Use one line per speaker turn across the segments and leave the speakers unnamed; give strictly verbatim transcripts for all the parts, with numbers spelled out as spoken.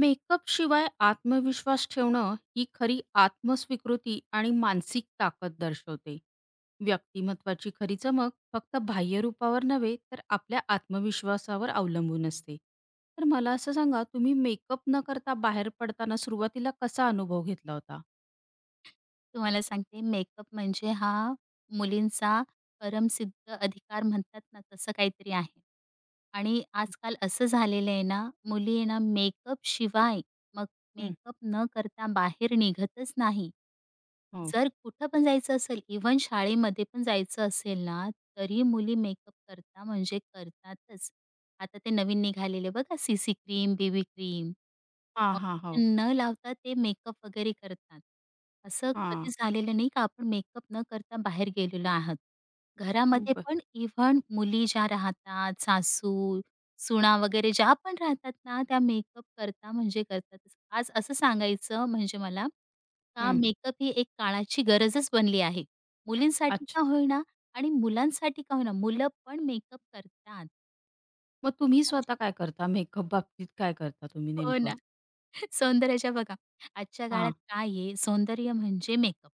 मेकअपशिवाय आत्मविश्वास ठेवणं ही खरी आत्मस्वीकृती आणि मानसिक ताकद दर्शवते. व्यक्तिमत्त्वाची खरी चमक फक्त बाह्य रूपावर नव्हे, तर आपल्या आत्मविश्वासावर अवलंबून असते. तर मला असं सांगा, तुम्ही मेकअप न करता बाहेर पडताना सुरुवातीला कसा अनुभव घेतला होता?
तुम्हाला सांगते मेकअप म्हणजे हा मुलींचा परमसिद्ध अधिकार म्हणतात ना तसं काहीतरी आहे. आणि आजकाल असं झालेलं आहे ना, मुली आहे ना मेकअप शिवाय मग
हं,
मेकअप न करता बाहेर निघतच नाही.
हो.
जर कुठं पण जायचं असेल, इव्हन शाळेमध्ये पण जायचं असेल ना, तरी मुली मेकअप करता म्हणजे करतातच. आता ते नवीन निघालेले बघा सी क्रीम, बी क्रीम.
हां, हां. हो.
फाउंडेशन न लावता ते मेकअप वगैरे करतात. असं
हां.
कधी झालेलं नाही का आपण मेकअप न करता बाहेर गेलेलो आहात. घरामध्ये
बरं.
पण इव्हन मुली ज्या राहतात, सासू, सुना वगैरे ज्या पण राहतात ना, त्या मेकअप करता म्हणजे करतातच. आज असं सांगायचं म्हणजे मला का
हं.
मेकअप ही एक काळाची गरजच बनली आहे. मुलींसाठी का
अच्छा.
होईना आणि मुलांसाठी का होईना, मुलं पण मेकअप करतात.
मग तुम्ही स्वतः काय करता? मेकअप बाबतीत काय करता तुम्ही
हो
नेमकं?
ना. सौंदर्याच्या बघा, आजच्या
हां.
काळात काय आहे, सौंदर्य म्हणजे मेकअप,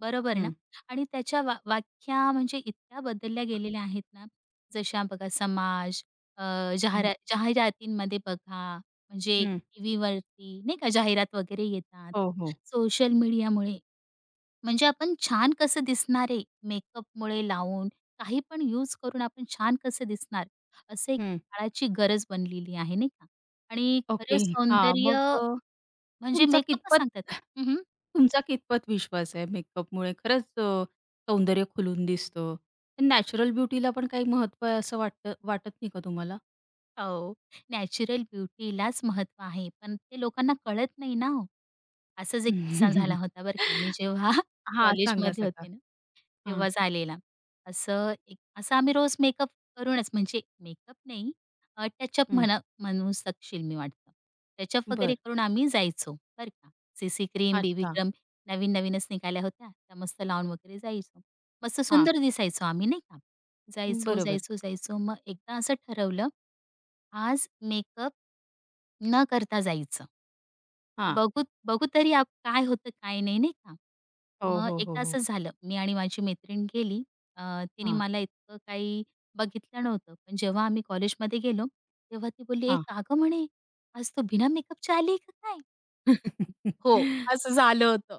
बरोबर ना?
हं,
आणि त्याच्या वा व्याख्या म्हणजे इतक्या बदलल्या गेलेल्या आहेत ना, जशा बघा समाज, अ,
हं.
जाहिरा जाहिरातींमध्ये बघा, म्हणजे
हं.
टीव्हीवरती नाही का जाहिरात वगैरे येतात.
हो, हो.
सोशल मीडियामुळे म्हणजे आपण छान कसं दिसणार आहे, मेकअपमुळे लावून काही पण यूज करून आपण छान कसं दिसणार, असं एक काळाची गरज बनलेली आहे नाही का? आणि
ओके.
खरं
हां, मग
सौंदर्य
अ,
म्हणजे
तुमचा
मेकअपच
कितपत
सांगतात. हं, हं.
तुमचा कितपत विश्वास आहे मेकअपमुळे खरंच, अ, सौंदर्य खुलून दिसतं? नॅचरल ब्युटीला पण काही महत्त्व आहे असं वाटतं वाटत नाही का तुम्हाला?
हो, नॅचरल ब्युटीलाच महत्त्व आहे, पण ते लोकांना कळत नाही ना हो. असाच एक किस्सा झाला होता बरं का. मी जेव्हा
हां, सांगा,
कॉलेजमध्ये
सांगा.
होते ना
हां,
तेव्हा झालेला. असं एक असं आम्ही रोज मेकअप करूनच म्हणजे मेकअप नाही अ, टचअप
हं.
म्हणा म्हणू शकशील मी वाटतं. टचअप
बरं.
वगैरे करून आम्ही जायचो, बरं का. सीसी क्रीम, बीबी
अच्छा.
क्रीम नवीन-नवीनच निघाल्या होत्या. त्या मस्त लावून वगैरे जायचो. मस्त
हां,
सुंदर दिसायचो आम्ही नाही का. जायचो,
बरोबर.
जायचो, जायचो. मग एकदा असं ठरवलं, आज मेकअप न करता जायचं.
हां.
बघू बघू तरी आप काय होतं काय नाही, नाही का?
हो,
मग
हो, हो,
एकदा
हो.
असं झालं, मी आणि माझी मैत्रीण गेली. अ, तिने
हां,
मला इतकं काही बघितलं नव्हतं. पण जेव्हा आम्ही कॉलेजमध्ये गेलो, तेव्हा ती बोलली, "एक
हां.
अगं म्हणे, आज तू बिना मेकअपची आली का काय?" हो, असं झालं होतं.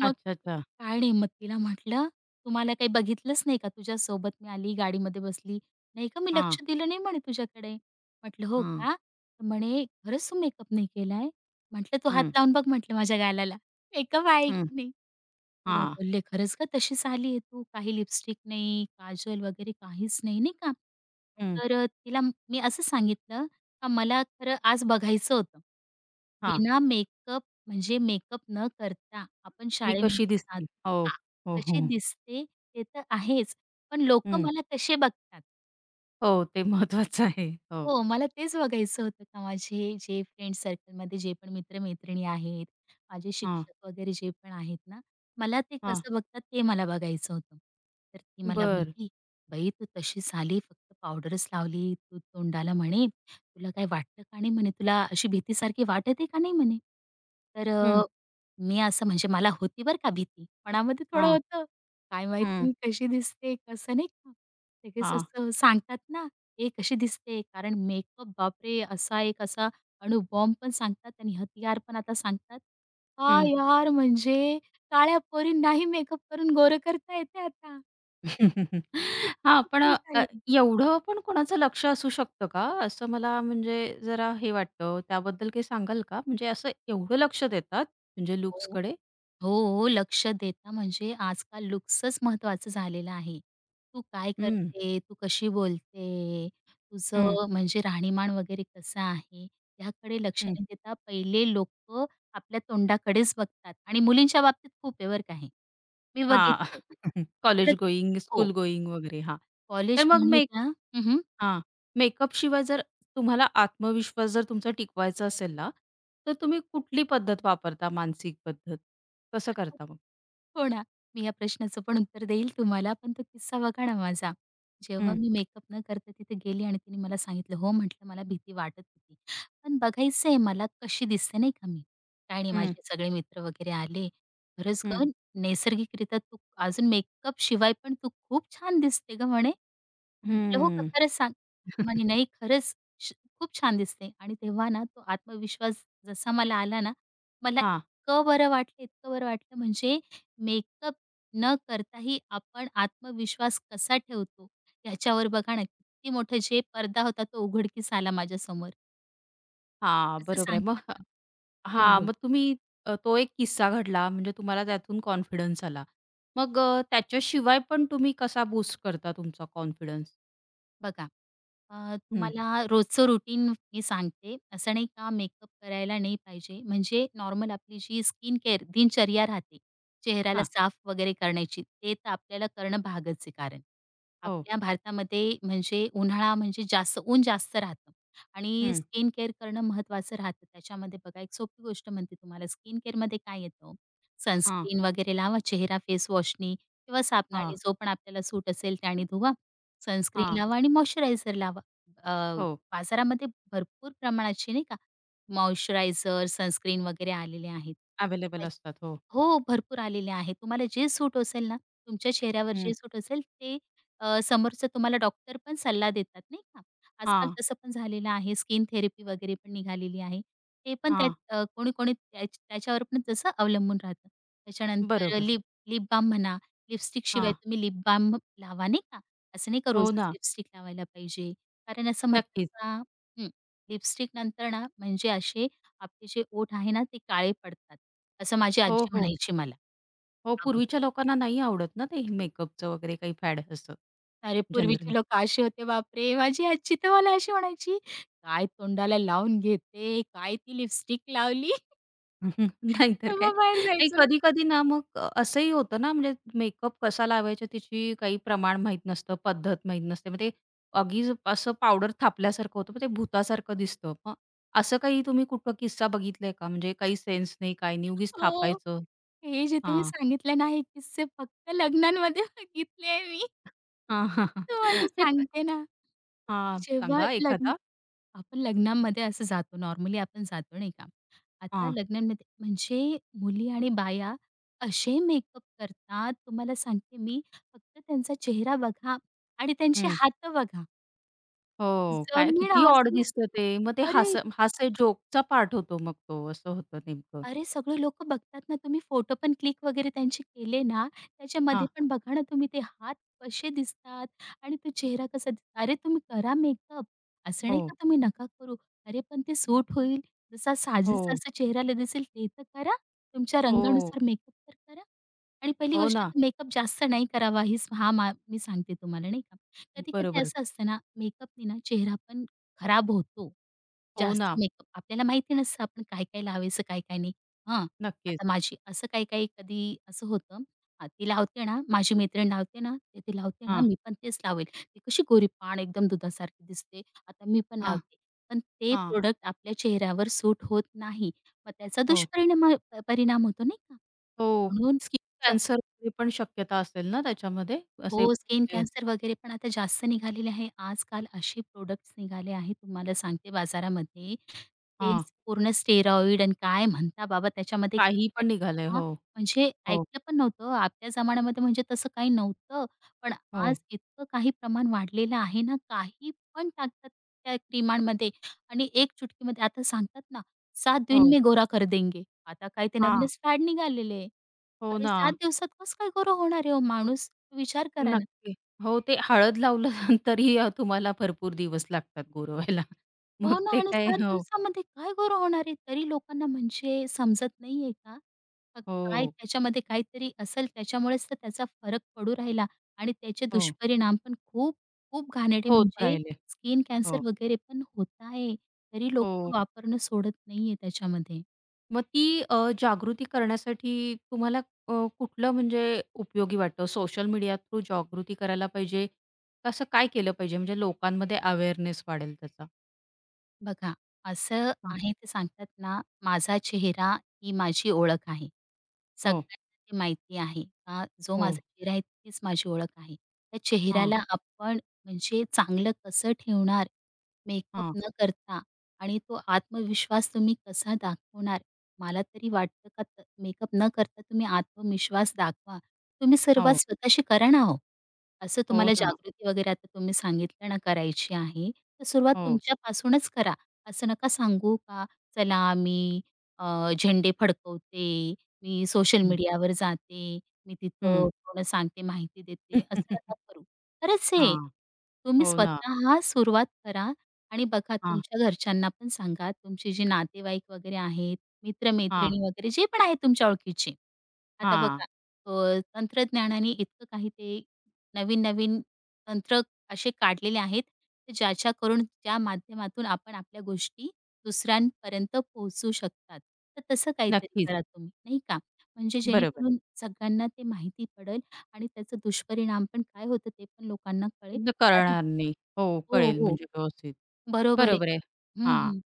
मग
अच्छा, अच्छा.
काय नाही, मग तिला म्हटलं, "तुम्हाला काही बघितलंच नाही का? तुझ्यासोबत मी आली, गाडीमध्ये बसली. नाही का, मी
हां,
लक्ष दिलं नाही म्हणे तुझ्याकडे." म्हटलं, "हो
हां,
का?" तर म्हणे, "खरंच तू मेकअप नाही केलाय?" म्हटलं, "तू हात
हं,
लावून बघ" म्हटलं, "माझ्या गालाला, मेकअप आहे
हं.
की नाही?" खरं
हां,
बोलले. खरंच का तशीच आली आहे तू. काही लिपस्टिक नाही, काजल वगैरे काहीच नाही, नाही का.
हं.
तर अ, तिला म- मी असं सांगितलं का मला खरं आज बघायचं होतं.
हां.
बिना मेकअप म्हणजे मेकअप न करता आपण
मी कशी
शाळेमध्ये
दिसते?
जातो
हो,
हां,
हो, हो.
कशी दिसते ते तर आहेच, पण लोकं मला कसे बघतात?
हो, ते महत्वाचं आहे. हो.
हो, मला तेच बघायचं होतं का माझे जे फ्रेंड सर्कलमध्ये जे पण मित्र-मैत्रिणी आहेत, माझे
हां,
शिक्षक वगैरे जे पण आहेत ना, मला ते
हां.
कसं बघतात ते मला बघायचं होतं. तर ती मला
बरं.
बोलली, "बाई तू तशी झाली फक्त पावडरच लावली तू तोंडाला म्हणे, तुला काही वाटतं का नाही?" म्हणे, "तुला अशी भीतीसारखी वाटत का नाही?" म्हणे. तर
हं.
मी असं म्हणजे मला होती बरं का भीती. मनामध्ये थोडं
हां.
होतं. काय माहिती
हं.
मी कशी दिसते, कसं नाही का. लगेच
हां.
असं सांगतात ना, "हे कशी दिसते?" कारण मेकअप बापरे! असा एक असा अणुबॉम्ब पण सांगतात आणि हतियार पण आता सांगतात. हां,
हं.
यार म्हणजे काळ्या पोरी नाही मेकअप करून गोरं करता येते आता.
हां, पण
खूप
अ,
झाले.
एवढं पण कोणाचं लक्ष असू शकतं का? असं मला म्हणजे जरा हे वाटतं. त्याबद्दल काही सांगाल का? म्हणजे असं एवढं लक्ष देतात म्हणजे लुक्सकडे?
हो, हो. लक्ष देता म्हणजे आजकाल लुक्सच महत्त्वाचं झालेलं आहे. तू काय करते, तू कशी बोलते,
हं,
तुझं म्हणजे राहणीमान वगैरे कसं आहे, ह्याकडे लक्ष
हं.
न देता पहिले लोकं आपल्या तोंडाकडेच बघतात आणि मुलींच्या बाबतीत खूप आहे बरं का हे. मी
हां.
बघितलंय.
कॉलेज
इकडं-तिकडं
गोईंग, स्कूल
हो,
गोईंग वगैरे. हां. तर
कॉलेज
मग
म्हणू
मेक
द्या हं,
हां. मेकअप शिवाय जर तुम्हाला आत्मविश्वास जर तुमचा टिकवायचा असेल ना, तर तुम्ही कुठली पद्धत वापरता मानसिक पद्धत? कसं करता मग?
हो ना. मी या प्रश्नाचं पण उत्तर देईल तुम्हाला. पण तो किस्सा बघा ना माझा. जेव्हा
हं,
मी मेकअप न करता तिथे गेली आणि तिने मला सांगितलं, "हो," म्हटलं, "मला भीती वाटत होती. पण बघायचंय मला कशी दिसते नाही का मी." काही नाही
हं,
माझे सगळे मित्र वगैरे आले. "खरंच
हं,
गं, नैसर्गिकरित्या तू अजून मेकअप शिवाय पण तू खूप छान दिसते गं," म्हणे. म्हटलं, "हो का?
हं.
खरंच सांग?" तो म्हणे, "नाही, खरंच श खूप छान दिसते." आणि तेव्हा ना तो आत्मविश्वास जसा मला आला ना, मला
हां,
इतकं बरं वाटलं, इतकं बरं वाटलं. म्हणजे मेकअप न करताही आपण आत्मविश्वास कसा ठेवतो, ह्याच्यावर बघा ना, किती मोठं जे पडदा होता तो उघडकीस आला माझ्यासमोर.
हां.
असं
बरोबर आहे.
सांगतात
मग
ना. हो,
हां,
हो.
मग तुम्ही, अ, तो एक किस्सा घडला म्हणजे तुम्हाला त्यातून कॉन्फिडन्स आला. मग अ, त्याच्याशिवाय पण तुम्ही कसा बूस्ट करता तुमचा कॉन्फिडन्स?
बघा, अ,
हं.
तुम्हाला रोजचं रुटीन मी सांगते. असं नाही का मेकअप करायला नाही पाहिजे. म्हणजे नॉर्मल आपली जी स्किन केअर दिनचर्या राहते, चेहऱ्याला साफ वगैरे करण्याची, ते तर आपल्याला करणं भागच आहे. कारण
हो.
आपल्या भारतामध्ये म्हणजे उन्हाळा म्हणजे जास्त ऊन जास्त राहतं आणि
हं.
स्किन केअर करणं महत्त्वाचं राहतं. त्याच्यामध्ये बघा, एक सोपी गोष्ट म्हणते तुम्हाला, स्किन केअरमध्ये काय येतं?
हां,
सनस्क्रीन वगैरे लावा, चेहरा फेस वॉशनी किंवा
हां.
साबणाने जो पण आपल्याला सूट असेल त्याने धुवा. सनस्क्रीन
हां.
लावा आणि मॉइश्चरायझर लावा. अ,
हो,
बाजारामध्ये भरपूर प्रमाणाचे नाही का मॉइश्चरायझर, सनस्क्रीन वगैरे आलेले आहेत. तर
अवेलेबल
त्याच
असतात. हो.
हो, भरपूर आलेले आहेत. तुम्हाला जे सूट असेल ना, तुमच्या चेहऱ्यावर
हं.
जे सूट असेल ते अ, समोरचं तुम्हाला डॉक्टर पण सल्ला देतात नाही का. आजकाल
हां,
तसं पण झालेलं आहे. स्किन थेरपी वगैरे पण निघालेली आहे. ते पण त्यात
हां.
अ, कोणी-कोणी त्या त्याच्यावर पण तसं अवलंबून राहतं. त्याच्यानंतर
बरोबर.
लिप लिप बाल्म म्हणा, लिपस्टिकशिवाय
हां.
तुम्ही लिप बाल्म लावा नाही का. असं नाही का
हो
रोजच
ना.
लिपस्टिक लावायला पाहिजे. कारण असं म्हणतात
नक्कीच.
ना हं, लिपस्टिक नंतर ना म्हणजे असे आपले जे ओठ आहे ना, ते काळे पडतात. असं माझी
हो,
आजी
हो.
म्हणायची मला
हो,
अगोदर.
पूर्वीच्या लोकांना नाही आवडत ना ते मेकअपचं वगैरे काही फॅड असं
अरे,
जनरली.
पूर्वीचे लोकं असे होते बापरे! माझी आजी तर मला अशी म्हणायची, "काय तोंडाला लावून घेते? काय ती लिपस्टिक लावली?"
नाहीतर काय.
तेव्हा बाहेर
नाही
जायचो ना.
कधी-कधी ना मग, अ, असंही होतं ना म्हणजे मेकअप कसा लावायचा त्याची काही प्रमाण माहीत नसतं, पद्धत माहीत नसते. मग ते अगीच असं पावडर थापल्यासारखं होतं. मग ते भुतासारखं दिसतं. मग असं काही तुम्ही कुठं किस्सा बघितलाय का? म्हणजे काही सेन्स नाही, काही नाही, उगीच
हो,
थापायचं?
हे जे तुम्ही
हां.
सांगितलं ना, हे किस्से फक्त लग्नांमध्ये बघितले आहे मी.
हां, हां, हां.
तुम्हाला
ते
सांगते ना,
हां,
जेव्हा
सांगा
लग्न
एखादा?
आपण लग्नांमध्ये असं जातो नॉर्मली आपण जातो नाही का. आता
हां.
लग्नांमध्ये म्हणजे मुली आणि बाया असे मेकअप करतात तुम्हाला सांगते मी, फक्त त्यांचा चेहरा बघा आणि त्यांचे
हं.
हात बघा.
हो, काय
जमीन
किती ऑड
आसमान
दिसतं ते. मग ते
अरे
हास हास्य जोकचा पार्ट होतो मग तो, असं होतं नेमकं.
अरे, सगळे लोकं बघतात ना, तुम्ही फोटो पण क्लिक वगैरे त्यांचे केले ना, त्याच्यामध्ये
हां.
पण बघा ना तुम्ही ते हात कसे दिसतात आणि तो चेहरा कसा दिसतो. अरे, तुम्ही करा मेकअप. असं
हो,
नाही का तुम्ही नका करू. अरे, पण ते सूट होईल. जसा साजेसा
हो,
असा चेहऱ्याला दिसेल ते तर करा. तुमच्या
हो,
रंगानुसार मेकअप तर करा. आणि पहिली
हो
गोष्ट
ना.
तर मेकअप जास्त नाही करावा हीच हा मा मी सांगते तुम्हाला नाही का. कधी-कधी
बरोबर.
असं असतं ना, मेकअपनी ना चेहरा पण खराब होतो.
हो
जास्त
ना,
मेकअप आपल्याला माहिती नसतं आपण काय-काय लावायचं, काय-काय नाही. हां,
नक्कीच.
आता माझी असं काही-काही कधी असं होतं, हां, ती लावते ना, माझी मैत्रीण लावते ना, ते ती लावते ना,
हां,
मी पण तेच लावेल. ती कशी गोरीपाण एकदम दुधासारखी दिसते, आता मी पण
हां,
लावते. पण ते
हां.
प्रोडक्ट आपल्या चेहऱ्यावर सूट होत नाही. मग त्याचा
हो,
दुष्परिणाम परिणाम होतो नाही का?
हो.
म्हणून
स्किन कॅन्सर पण शक्यता असेल ना त्याच्यामध्ये? असे
हो, स्किन
कुठले
कॅन्सर वगैरे पण आता जास्त निघालेले आहे. आजकाल असे प्रोडक्ट्स निघाले आहेत तुम्हाला सांगते बाजारामध्ये.
हां,
तेच पूर्ण स्टेरॉइड आणि काय म्हणता बाबा त्याच्यामध्ये
काही
काय-काय
पण निघालंय.
टाकतात. ना.
हो,
म्हणजे
हो,
ऐकलं पण नव्हतं. आपल्या जमान्यामध्ये म्हणजे तसं काही नव्हतं. पण आज
हो,
इतकं काही प्रमाण वाढलेलं आहे ना, काही पण टाकतात त्या क्रीमांमध्ये आणि एक चुटकीमध्ये आता सांगतात ना, सात दिन
हो.
में गोरा कर देंगे. आता काय ते
हां,
नवीनच फॅड निघालेले आहे.
हो
अरे
ना.
सात दिवसात कसं काय गोरं होणार आहे हो माणूस? विचार करा
नक्की. हो, ते हळद लावलं तरी, अ, तुम्हाला भरपूर दिवस लागतात गोरवायला. मग
हो ना
ते
आणि
काय
सात
हो,
दिवसामध्ये काय गोळा होणार आहे? तरी लोकांना म्हणजे समजत नाहीये का? अ, काय
हो,
त्याच्यामध्ये काहीतरी असेल त्याच्यामुळेच तर त्याचा फरक पडू राहिला आणि त्याचे
हो.
दुष्परिणाम पण खूप, खूप घाणेरडे
होत
म्हणजे
राहिले.
स्किन
हो,
कॅन्सर वगैरे पण होत आहे. तरी
हो.
लोकं वापरणं सोडत नाहीये त्याच्यामध्ये.
मग ती, अ, जागृती करण्यासाठी तुम्हाला, अ, कुठलं म्हणजे उपयोगी वाटतं? सोशल मीडिया थ्रू जागृती करायला पाहिजे? का? असं काय केलं पाहिजे म्हणजे लोकांमध्ये अवेअरनेस वाढेल त्याचा?
बघा, असं
हां.
आहे ते सांगतात ना, माझा चेहरा ही माझी ओळख आहे.
हो,
सगळ्यांना ते माहिती आहे का जो
हो.
माझा चेहरा आहे तीच माझी ओळख आहे. त्या
हां,
चेहऱ्याला आपण म्हणजे चांगलं कसं ठेवणार, मेकअप
हां.
न करता आणि तो आत्मविश्वास तुम्ही कसा दाखवणार? मला तरी वाटतं का त मेकअप न करता तुम्ही आत्मविश्वास दाखवा. तुम्ही सुरुवात
हो,
स्वतःशी करा ना हो. असं
हो
तुम्हाला
ना.
जागृती वगैरे आता तुम्ही सांगितलं ना करायची आहे, तर सुरुवात
हो.
तुमच्यापासूनच करा. असं नका सांगू का, "चला मी अ, झेंडे फडकवते, मी सोशल
हं,
मीडियावर जाते, मी
हं.
तिथं पूर्ण सांगते, माहिती
हां.
देते." असं नका करू. खरंच आहे. तुम्ही
हो ना.
स्वतः सुरुवात करा आणि बघा
हां,
तुमच्या घरच्यांना पण सांगा, तुमचे जे नातेवाईक वगैरे आहेत,
हां,
मित्र-मैत्रिणी वगैरे जे पण आहेत तुमच्या ओळखीचे. आता
हां.
बघा अ, तंत्रज्ञानाने इतकं काही ते नवीन-नवीन तंत्र असे काढलेले आहेत, ज्याच्या करून ज्या माध्यमातून आपण आपल्या गोष्टी दुसऱ्यांपर्यंत पोहोचू शकतात. तर तसं काहीतरी
नक्कीच.
करा तुम्ही, नाही का? म्हणजे
बरोबर.
जेणेकरून सगळ्यांना ते माहिती पडेल आणि त्याचा दुष्परिणाम पण काय होतं ते पण लोकांना कळेल.
न
कारण
कळणार नाही. हो,
हो,
कळेल
हो.
म्हणजे व्यवस्थित.
बरोबर आहे.
बरोबर आहे.
हं,
हां.
हं.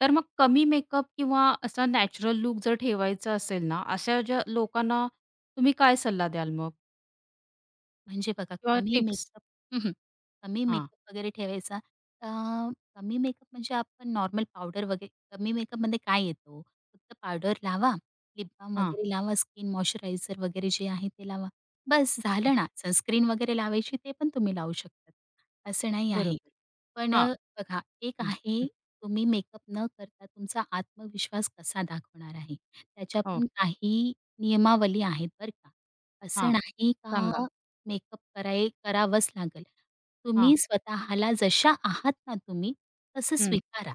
तर मग कमी मेकअप किंवा असा नॅचरल लूक जर ठेवायचा असेल ना, अशा ज्या लोकांना तुम्ही काय सल्ला द्याल मग
म्हणजे बघा
किंवा
कमी
टिप्स?
मेकअप हं, हं. कमी
हां,
मेकअप वगैरे ठेवायचा. अ, कमी मेकअप म्हणजे आपण नॉर्मल पावडर वगैरे कमी मेकअपमध्ये काय येतो? फक्त पावडर लावा, लिप बाल्म
हां.
वगैरे लावा, स्किन मॉइश्चरायझर वगैरे जे आहे ते लावा. बस झालं ना. सनस्क्रीन वगैरे लावायची ते पण तुम्ही लावू शकतात. असं नाही आहे.
बरोबर.
पण
हां.
अ, बघा एक
हं,
आहे
हं.
तुम्ही मेकअप न करता तुमचा आत्मविश्वास कसा दाखवणार आहे? त्याच्या
हो.
पण काही नियमावली आहेत बरं का.
हां.
असं नाही का
सांगा.
मेकअप कराय करावंच लागेल.
हां.
तुम्ही स्वतःला जशा आहात ना तुम्ही, तसं
हं.
स्वीकारा.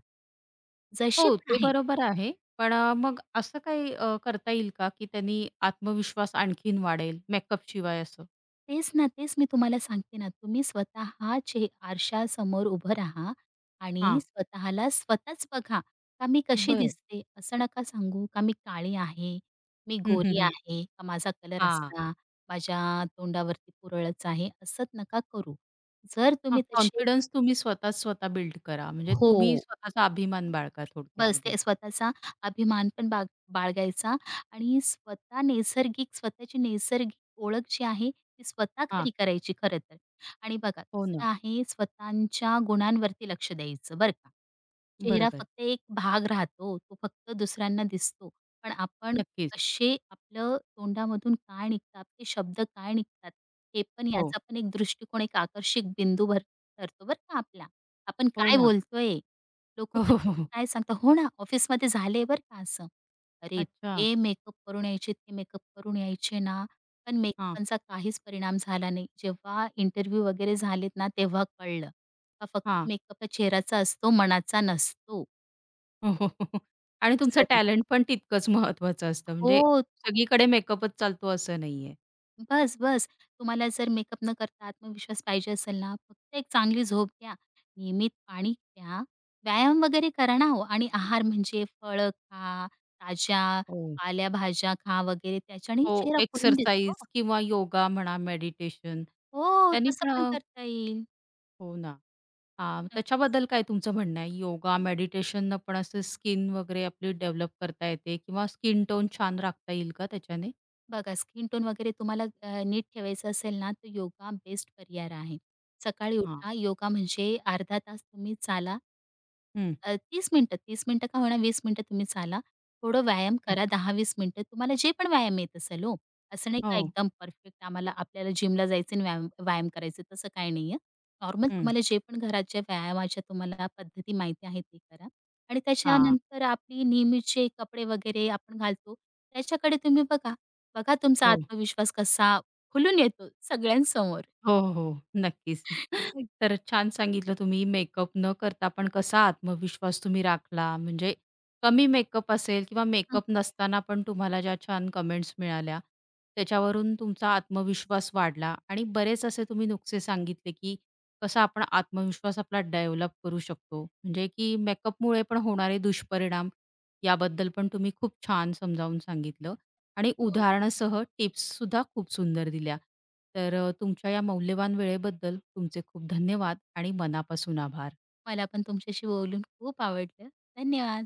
हो,
जसे पण
ते
आहे.
बरोबर आहे. पण अ, मग असं काही, अ, करता येईल का, की त्यांनी आत्मविश्वास आणखीन वाढेल मेकअप शिवाय असं?
तेच ना, तेच मी तुम्हाला सांगते ना, तुम्ही स्वतः चे आरशासमोर उभं राहा आणि
हां.
स्वतःला स्वतःच बघा, का मी कशी
बरं.
दिसते? असं नका सांगू का मी काळी आहे, मी
हं, हं,
गोरी
हं.
आहे, का माझा कलर
हां.
असा, माझ्या तोंडावरती पुरळच आहे, असं नका करू. जर
हां,
तुम्ही तसे
कॉन्फिडन्स तुम्ही स्वतः स्वतः बिल्ड करा. म्हणजे
हो.
तुम्ही स्वतःचा अभिमान बाळगा
बस
थोडक्यामध्ये.
ते स्वतःचा अभिमान पण बाग बाळगायचा आणि स्वतः नैसर्गिक स्वतःची नैसर्गिक ओळख जी आहे ती स्वतः
हां,
खरी करायची खरं तर. आणि बघा
हो ना.
दुसरं आहे स्वतःच्या गुणांवरती लक्ष द्यायचं बरं का. चेहरा
बरोबर.
फक्त एक भाग राहतो. तो फक्त दुसऱ्यांना दिसतो. पण आपण
नक्कीच.
कसे आपलं तोंडामधून काय निघतं, आपले शब्द काय निघतात हे पण
हो.
याचा पण एक दृष्टिकोन एक आकर्षक बिंदू भर ठरतो बरं का आपला. आपण
हो
काय
ना.
बोलतोय? लोकं
हो, हो, हो,
कधी-कधी
हो.
काय सांगतात हो ना, ऑफिसमध्ये झाले बरं का असं. अरे,
अच्छा.
ते मेकअप करून यायचे, ते मेकअप करून यायचे ना, पण
हां,
मेकअपचा काहीच परिणाम झाला नाही. जेव्हा इंटरव्ह्यू वगैरे झालेत ना, तेव्हा कळलं. का फक्त
हां.
मेकअप हा चेहऱ्याचा असतो, मनाचा नसतो.
हो, हो, हो, हो. आणि तुमचं
असं.
टॅलेंट पण तितकंच महत्वाचं असतं. म्हणजे
हो.
सगळीकडे मेकअपच चालतो असं नाहीये.
बस, बस. तुम्हाला जर मेकअप न करता आत्मविश्वास पाहिजे असेल ना, फक्त एक चांगली झोप घ्या, नियमित पाणी प्या, व्यायाम वगैरे करा ना हो आणि आहार म्हणजे फळं खा, ताज्या
हो.
पालेभाज्या खा वगैरे त्याच्याने
हो,
चेहरा खुलून दिसतो.
एक्सरसाइज किंवा योगा म्हणा, मेडिटेशन
हो,
त्यांनी
तसं
पण
पण करता येईल.
हो ना. हां,
नक्कीच.
त्याच्याबद्दल काय तुमचं म्हणणं आहे? योगा, मेडिटेशन, पण असं स्किन वगैरे आपली डेव्हलप करता येते किंवा स्किन टोन छान राखता येईल का त्याच्याने?
बघा, स्किन टोन वगैरे तुम्हाला अ, नीट ठेवायचं असेल ना, तर योगा बेस्ट पर्याय आहे. सकाळी
हां.
उठा, योगा म्हणजे अर्धा तास तुम्ही चाला.
हं.
अ, तीस मिनिटं, तीस मिनिटं का होईना, वीस मिनिटं तुम्ही चाला. थोडं व्यायाम
हं.
करा दहा ते वीस मिनिटं. तुम्हाला जे पण व्यायाम येत असेल हो. असं नाही का
हो.
एकदम परफेक्ट आम्हाला आपल्याला जिमला जायचं आणि व्यायाम व्यायाम करायचं तसं काही नाहीये. नॉर्मल
हं.
तुम्हाला जे पण घराच्या व्यायामाच्या तुम्हाला पद्धती माहिती आहे ते करा. आणि
हां.
त्याच्यानंतर आपली नेहमीचे कपडे वगैरे आपण घालतो, त्याच्याकडे तुम्ही बघा. बघा तुमचा
हो.
आत्मविश्वास कसा खुलून येतो सगळ्यांसमोर.
हो, हो, हो. नक्कीच.
हं.
तर छान सांगितलं तुम्ही मेकअप न करता पण कसा आत्मविश्वास तुम्ही राखला. म्हणजे कमी मेकअप असेल किंवा
हं,
मेकअप नसताना पण तुम्हाला ज्या छान कमेंट्स मिळाल्या, त्याच्यावरून तुमचा आत्मविश्वास वाढला आणि बरेच असे तुम्ही नुकसे सांगितले, की कसा आपण आत्मविश्वास आपला डेव्हलप करू शकतो. म्हणजे की मेकअपमुळे पण होणारे दुष्परिणाम याबद्दल पण तुम्ही खूप छान समजावून सांगितलं. आणि
हो.
उदाहरणासह टिप्ससुद्धा खूप सुंदर दिल्या. तर अ, तुमच्या या मौल्यवान वेळेबद्दल तुमचे खूप धन्यवाद आणि मनापासून आभार.
मला पण तुमच्याशी बोलून खूप आवडलं. धन्यवाद.